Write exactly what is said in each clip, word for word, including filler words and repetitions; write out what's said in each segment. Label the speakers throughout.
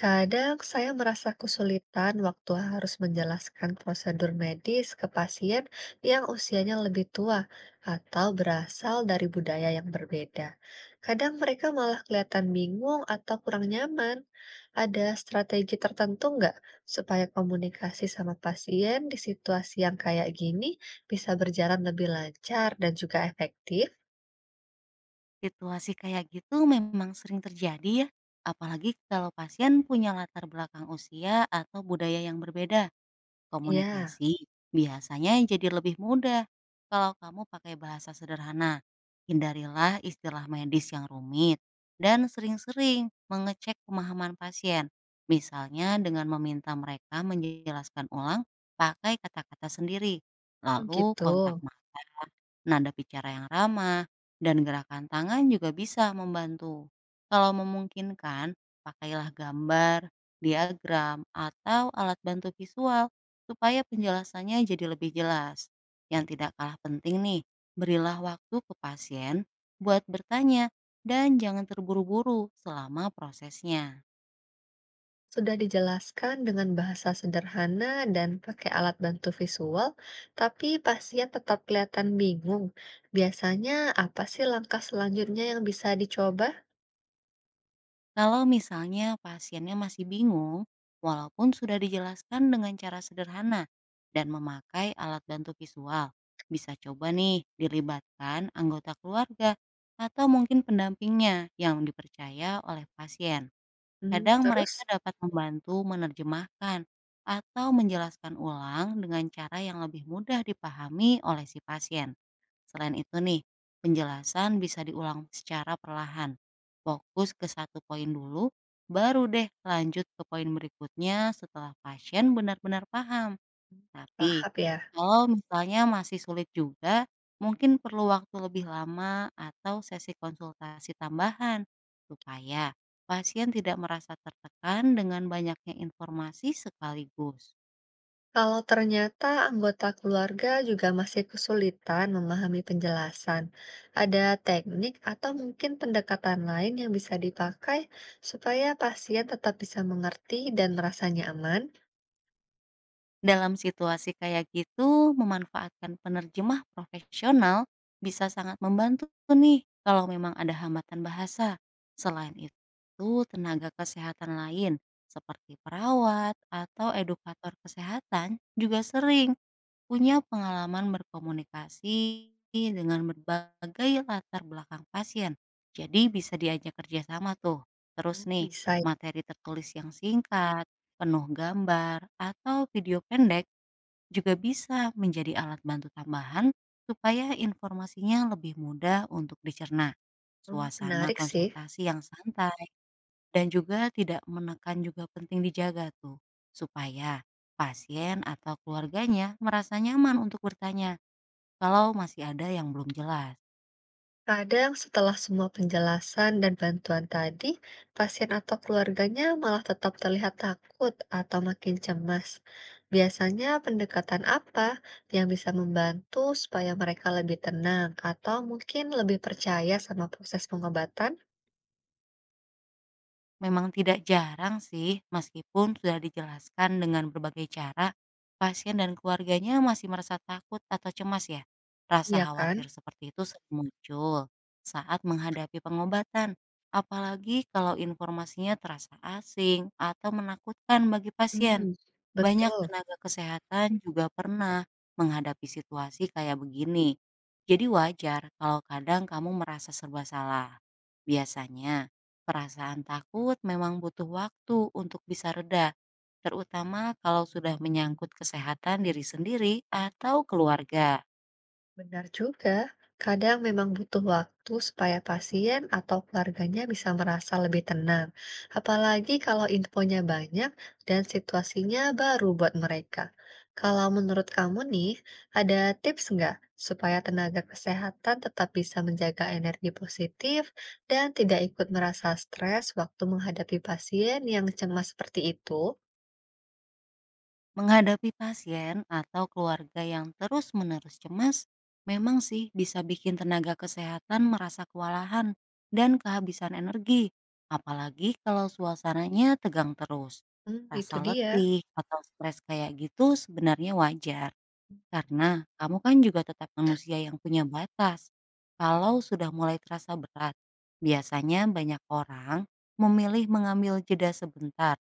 Speaker 1: Kadang saya merasa kesulitan waktu harus menjelaskan prosedur medis ke pasien yang usianya lebih tua atau berasal dari budaya yang berbeda. Kadang mereka malah kelihatan bingung atau kurang nyaman. Ada strategi tertentu nggak supaya komunikasi sama pasien di situasi yang kayak gini bisa berjalan lebih lancar dan juga efektif?
Speaker 2: Situasi kayak gitu memang sering terjadi ya, apalagi kalau pasien punya latar belakang usia atau budaya yang berbeda.
Speaker 1: Ya,
Speaker 2: Komunikasi biasanya jadi lebih mudah kalau kamu pakai bahasa sederhana. Hindarilah istilah medis yang rumit dan sering-sering mengecek pemahaman pasien. Misalnya dengan meminta mereka menjelaskan ulang pakai kata-kata sendiri,
Speaker 1: oh
Speaker 2: lalu
Speaker 1: gitu.
Speaker 2: kontak. Nada bicara yang ramah, dan gerakan tangan juga bisa membantu. Kalau memungkinkan, pakailah gambar, diagram, atau alat bantu visual supaya penjelasannya jadi lebih jelas. Yang tidak kalah penting nih, berilah waktu ke pasien buat bertanya dan jangan terburu-buru selama prosesnya.
Speaker 1: Sudah dijelaskan dengan bahasa sederhana dan pakai alat bantu visual, tapi pasien tetap kelihatan bingung. Biasanya apa sih langkah selanjutnya yang bisa dicoba?
Speaker 2: Kalau misalnya pasiennya masih bingung, walaupun sudah dijelaskan dengan cara sederhana dan memakai alat bantu visual, bisa coba nih dilibatkan anggota keluarga atau mungkin pendampingnya yang dipercaya oleh pasien.
Speaker 1: Hmm,
Speaker 2: Kadang mereka
Speaker 1: terus
Speaker 2: dapat membantu menerjemahkan atau menjelaskan ulang dengan cara yang lebih mudah dipahami oleh si pasien. Selain itu nih, penjelasan bisa diulang secara perlahan. Fokus ke satu poin dulu, baru deh lanjut ke poin berikutnya setelah pasien benar-benar paham. Tapi,
Speaker 1: tahap ya.
Speaker 2: kalau misalnya masih sulit juga, mungkin perlu waktu lebih lama atau sesi konsultasi tambahan, supaya pasien tidak merasa tertekan dengan banyaknya informasi sekaligus.
Speaker 1: Kalau ternyata anggota keluarga juga masih kesulitan memahami penjelasan, ada teknik atau mungkin pendekatan lain yang bisa dipakai supaya pasien tetap bisa mengerti dan merasa nyaman?
Speaker 2: Dalam situasi kayak gitu, memanfaatkan penerjemah profesional bisa sangat membantu nih kalau memang ada hambatan bahasa. Selain itu, tenaga kesehatan lain seperti perawat atau edukator kesehatan juga sering punya pengalaman berkomunikasi dengan berbagai latar belakang pasien, jadi bisa diajak kerjasama tuh.
Speaker 1: Hmm,
Speaker 2: Terus nih,
Speaker 1: bisa ya.
Speaker 2: materi tertulis yang singkat, penuh gambar, atau video pendek juga bisa menjadi alat bantu tambahan supaya informasinya lebih mudah untuk dicerna.
Speaker 1: Hmm,
Speaker 2: Suasana
Speaker 1: menarik sih.
Speaker 2: konsultasi yang santai dan juga tidak menekan juga penting dijaga tuh, supaya pasien atau keluarganya merasa nyaman untuk bertanya kalau masih ada yang belum jelas.
Speaker 1: Kadang setelah semua penjelasan dan bantuan tadi, pasien atau keluarganya malah tetap terlihat takut atau makin cemas. Biasanya pendekatan apa yang bisa membantu supaya mereka lebih tenang atau mungkin lebih percaya sama proses pengobatan?
Speaker 2: Memang tidak jarang sih, meskipun sudah dijelaskan dengan berbagai cara, pasien dan keluarganya masih merasa takut atau cemas ya. Rasa
Speaker 1: Iya kan?
Speaker 2: khawatir seperti itu sering muncul saat menghadapi pengobatan, apalagi kalau informasinya terasa asing atau menakutkan bagi pasien.
Speaker 1: Hmm,
Speaker 2: Banyak
Speaker 1: betul.
Speaker 2: tenaga kesehatan juga pernah menghadapi situasi kayak begini. Jadi wajar kalau kadang kamu merasa serba salah. Biasanya, perasaan takut memang butuh waktu untuk bisa reda, terutama kalau sudah menyangkut kesehatan diri sendiri atau keluarga.
Speaker 1: Benar juga, kadang memang butuh waktu supaya pasien atau keluarganya bisa merasa lebih tenang, apalagi kalau infonya banyak dan situasinya baru buat mereka. Kalau menurut kamu nih, ada tips nggak supaya tenaga kesehatan tetap bisa menjaga energi positif dan tidak ikut merasa stres waktu menghadapi pasien yang cemas seperti itu?
Speaker 2: Menghadapi pasien atau keluarga yang terus-menerus cemas, memang sih bisa bikin tenaga kesehatan merasa kewalahan dan kehabisan energi, apalagi kalau suasananya tegang terus.
Speaker 1: Hmm, itu
Speaker 2: Rasa
Speaker 1: dia,
Speaker 2: letih atau stres kayak gitu sebenarnya wajar, karena kamu kan juga tetap manusia yang punya batas. Kalau sudah mulai terasa berat, biasanya banyak orang memilih mengambil jeda sebentar,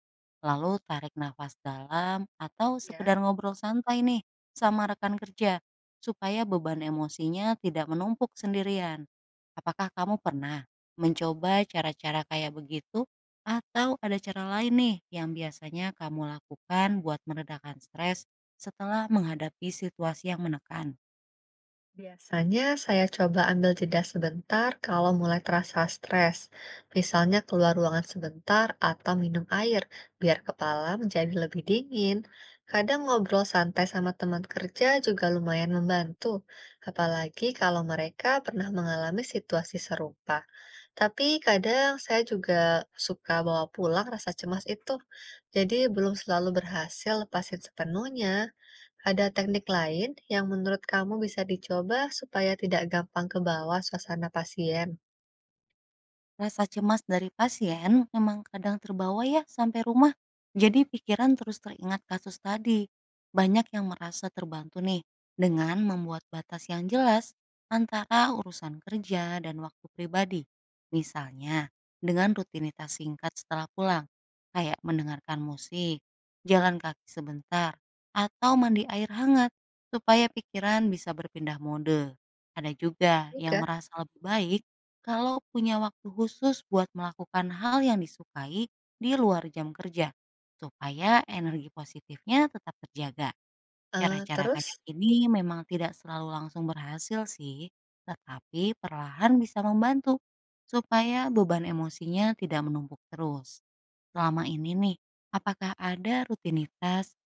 Speaker 2: lalu tarik nafas dalam atau
Speaker 1: ya.
Speaker 2: sekedar ngobrol santai nih sama rekan kerja supaya beban emosinya tidak menumpuk sendirian. Apakah kamu pernah mencoba cara-cara kayak begitu atau ada cara lain nih yang biasanya kamu lakukan buat meredakan stres setelah menghadapi situasi yang menekan?
Speaker 1: Biasanya saya coba ambil jeda sebentar kalau mulai terasa stres, misalnya keluar ruangan sebentar atau minum air biar kepala menjadi lebih dingin. Kadang ngobrol santai sama teman kerja juga lumayan membantu, apalagi kalau mereka pernah mengalami situasi serupa. Tapi kadang saya juga suka bawa pulang rasa cemas itu, jadi belum selalu berhasil lepasin sepenuhnya. Ada teknik lain yang menurut kamu bisa dicoba supaya tidak gampang ke bawah suasana pasien
Speaker 2: Rasa cemas dari pasien memang kadang terbawa ya sampai rumah. Jadi pikiran terus teringat kasus tadi. Banyak yang merasa terbantu nih dengan membuat batas yang jelas antara urusan kerja dan waktu pribadi. Misalnya dengan rutinitas singkat setelah pulang, kayak mendengarkan musik, jalan kaki sebentar, atau mandi air hangat supaya pikiran bisa berpindah mode. Ada juga yang
Speaker 1: juga.
Speaker 2: merasa lebih baik kalau punya waktu khusus buat melakukan hal yang disukai di luar jam kerja, supaya energi positifnya tetap terjaga.
Speaker 1: Eh,
Speaker 2: Cara-cara
Speaker 1: terus
Speaker 2: kayak ini memang tidak selalu langsung berhasil sih, tetapi perlahan bisa membantu supaya beban emosinya tidak menumpuk terus. Selama ini nih, apakah ada rutinitas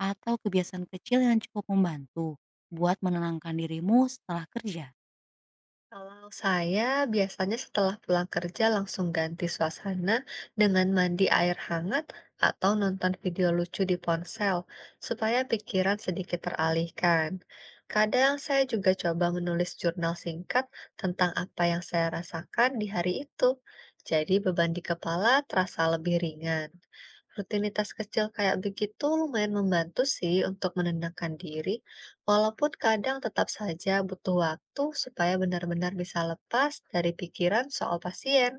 Speaker 2: atau kebiasaan kecil yang cukup membantu buat menenangkan dirimu setelah kerja?
Speaker 1: kalau saya biasanya setelah pulang kerja langsung ganti suasana dengan mandi air hangat atau nonton video lucu di ponsel supaya pikiran sedikit teralihkan. Kadang saya juga coba menulis jurnal singkat tentang apa yang saya rasakan di hari itu. Jadi beban di kepala terasa lebih ringan. Rutinitas kecil kayak begitu lumayan membantu sih untuk menenangkan diri, walaupun kadang tetap saja butuh waktu supaya benar-benar bisa lepas dari pikiran soal pasien.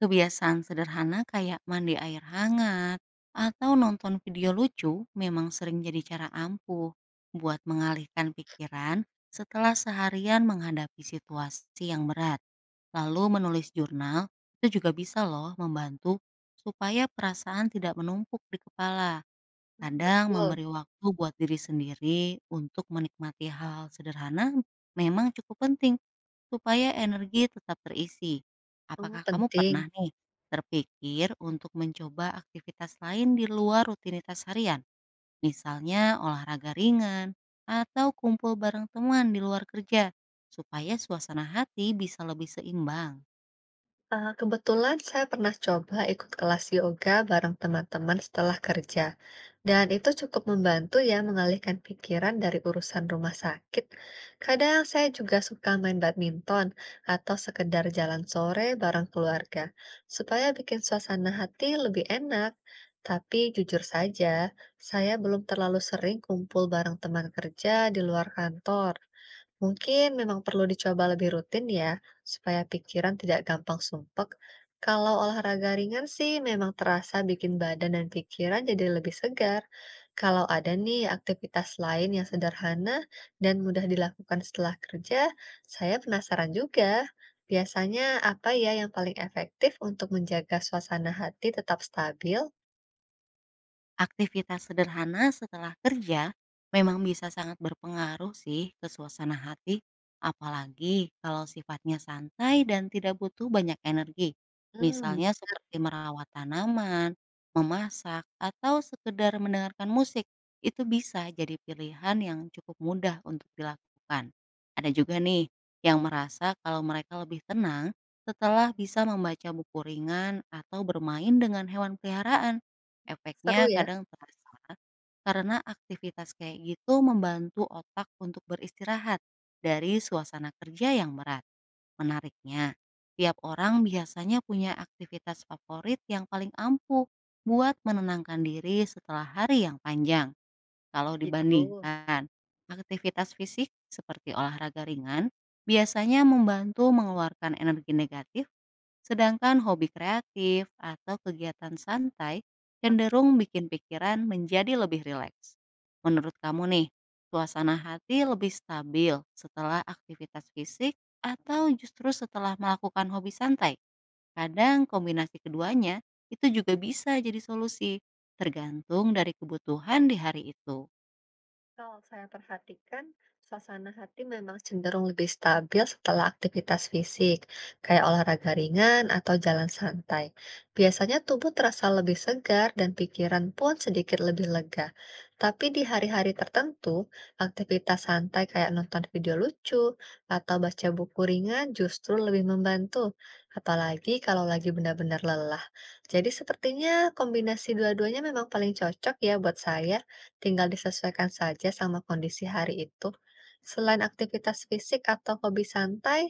Speaker 2: Kebiasaan sederhana kayak mandi air hangat atau nonton video lucu memang sering jadi cara ampuh buat mengalihkan pikiran setelah seharian menghadapi situasi yang berat. Lalu menulis jurnal itu juga bisa loh membantu supaya perasaan tidak menumpuk di kepala.
Speaker 1: Hmm,
Speaker 2: Kadang
Speaker 1: betul.
Speaker 2: memberi waktu buat diri sendiri untuk menikmati hal sederhana memang cukup penting supaya energi tetap terisi.
Speaker 1: Hmm,
Speaker 2: Apakah kamu pernah
Speaker 1: penting.
Speaker 2: nih terpikir untuk mencoba aktivitas lain di luar rutinitas harian? Misalnya olahraga ringan atau kumpul bareng teman di luar kerja supaya suasana hati bisa lebih seimbang.
Speaker 1: Eh, kebetulan saya pernah coba ikut kelas yoga bareng teman-teman setelah kerja, dan itu cukup membantu ya mengalihkan pikiran dari urusan rumah sakit. Kadang saya juga suka main badminton atau sekedar jalan sore bareng keluarga, supaya bikin suasana hati lebih enak. Tapi jujur saja, saya belum terlalu sering kumpul bareng teman kerja di luar kantor. Mungkin memang perlu dicoba lebih rutin ya, supaya pikiran tidak gampang sumpek. Kalau olahraga ringan sih memang terasa bikin badan dan pikiran jadi lebih segar. Kalau ada nih aktivitas lain yang sederhana dan mudah dilakukan setelah kerja, saya penasaran juga. Biasanya apa ya yang paling efektif untuk menjaga suasana hati tetap stabil?
Speaker 2: Aktivitas sederhana setelah kerja memang bisa sangat berpengaruh sih ke suasana hati, apalagi kalau sifatnya santai dan tidak butuh banyak energi.
Speaker 1: Hmm,
Speaker 2: Misalnya seperti merawat tanaman, memasak, atau sekedar mendengarkan musik, itu bisa jadi pilihan yang cukup mudah untuk dilakukan. Ada juga nih yang merasa kalau mereka lebih tenang setelah bisa membaca buku ringan atau bermain dengan hewan peliharaan.
Speaker 1: seru
Speaker 2: Efeknya
Speaker 1: ya.
Speaker 2: kadang terasa, karena aktivitas kayak gitu membantu otak untuk beristirahat dari suasana kerja yang berat. Menariknya, tiap orang biasanya punya aktivitas favorit yang paling ampuh buat menenangkan diri setelah hari yang panjang. Kalau
Speaker 1: Gitu.
Speaker 2: dibandingkan, aktivitas fisik seperti olahraga ringan biasanya membantu mengeluarkan energi negatif, sedangkan hobi kreatif atau kegiatan santai cenderung bikin pikiran menjadi lebih rileks. Menurut kamu nih, suasana hati lebih stabil setelah aktivitas fisik atau justru setelah melakukan hobi santai? Kadang kombinasi keduanya itu juga bisa jadi solusi, tergantung dari kebutuhan di hari itu.
Speaker 1: Kalau saya perhatikan, suasana hati memang cenderung lebih stabil setelah aktivitas fisik, kayak olahraga ringan atau jalan santai. Biasanya tubuh terasa lebih segar dan pikiran pun sedikit lebih lega. Tapi di hari-hari tertentu, aktivitas santai kayak nonton video lucu atau baca buku ringan justru lebih membantu, apalagi kalau lagi benar-benar lelah. Jadi sepertinya kombinasi dua-duanya memang paling cocok ya buat saya. Tinggal disesuaikan saja sama kondisi hari itu. Selain aktivitas fisik atau hobi santai,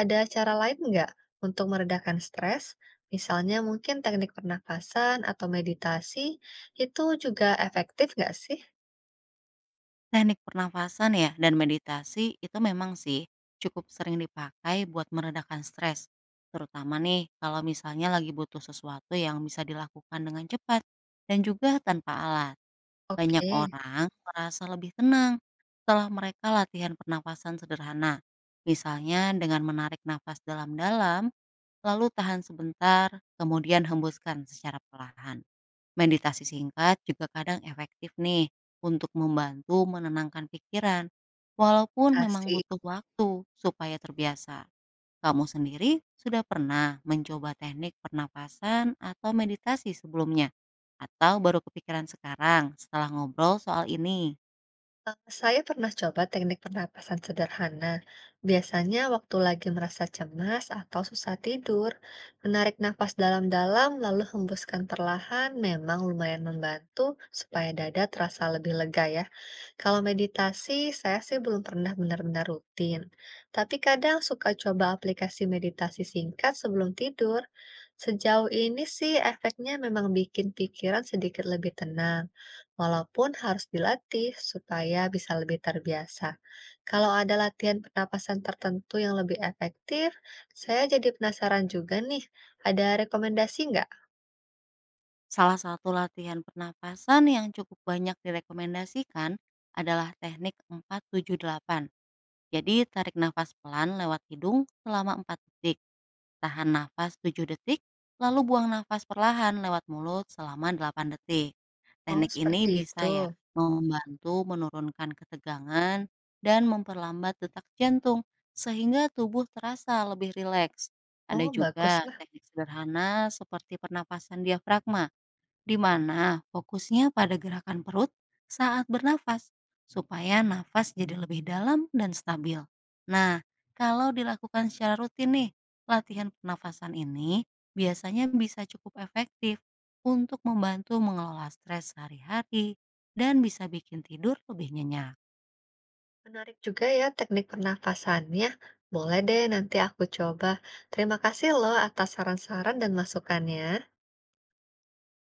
Speaker 1: ada cara lain nggak untuk meredakan stres? Misalnya mungkin teknik pernafasan atau meditasi, itu juga efektif nggak sih?
Speaker 2: Teknik pernafasan ya dan meditasi itu memang sih cukup sering dipakai buat meredakan stres. Terutama nih kalau misalnya lagi butuh sesuatu yang bisa dilakukan dengan cepat dan juga tanpa alat. Banyak
Speaker 1: Oke,
Speaker 2: orang merasa lebih tenang setelah mereka latihan pernafasan sederhana. Misalnya dengan menarik nafas dalam-dalam, lalu tahan sebentar, kemudian hembuskan secara perlahan. Meditasi singkat juga kadang efektif nih untuk membantu menenangkan pikiran, walaupun memang
Speaker 1: meditasi.
Speaker 2: butuh waktu supaya terbiasa. Kamu sendiri sudah pernah mencoba teknik pernapasan atau meditasi sebelumnya? Atau baru kepikiran sekarang setelah ngobrol soal ini?
Speaker 1: Eh, Saya pernah coba teknik pernapasan sederhana. Biasanya waktu lagi merasa cemas atau susah tidur, menarik nafas dalam-dalam lalu hembuskan perlahan memang lumayan membantu supaya dada terasa lebih lega ya. Kalau meditasi, saya sih belum pernah benar-benar rutin, tapi kadang suka coba aplikasi meditasi singkat sebelum tidur. Sejauh ini sih efeknya memang bikin pikiran sedikit lebih tenang, walaupun harus dilatih supaya bisa lebih terbiasa. Kalau ada latihan pernapasan tertentu yang lebih efektif, saya jadi penasaran juga nih, ada rekomendasi nggak?
Speaker 2: Salah satu latihan pernapasan yang cukup banyak direkomendasikan adalah teknik empat tujuh delapan. Jadi tarik nafas pelan lewat hidung selama empat detik. Tahan nafas tujuh detik, lalu buang nafas perlahan lewat mulut selama delapan detik.
Speaker 1: Oh,
Speaker 2: Teknik ini
Speaker 1: seperti
Speaker 2: bisa
Speaker 1: itu.
Speaker 2: ya membantu menurunkan ketegangan dan memperlambat detak jantung sehingga tubuh terasa lebih rileks. Ada
Speaker 1: Oh, bagus.
Speaker 2: juga teknik sederhana seperti pernapasan diafragma di mana fokusnya pada gerakan perut saat bernafas, supaya nafas jadi lebih dalam dan stabil. Nah, kalau dilakukan secara rutin nih, latihan pernafasan ini biasanya bisa cukup efektif untuk membantu mengelola stres sehari-hari dan bisa bikin tidur lebih nyenyak.
Speaker 1: Menarik juga ya teknik pernafasannya. Boleh deh nanti aku coba. Terima kasih loh atas saran-saran dan masukannya.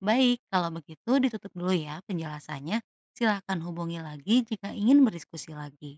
Speaker 2: Baik, kalau begitu ditutup dulu ya penjelasannya. Silakan hubungi lagi jika ingin berdiskusi lagi.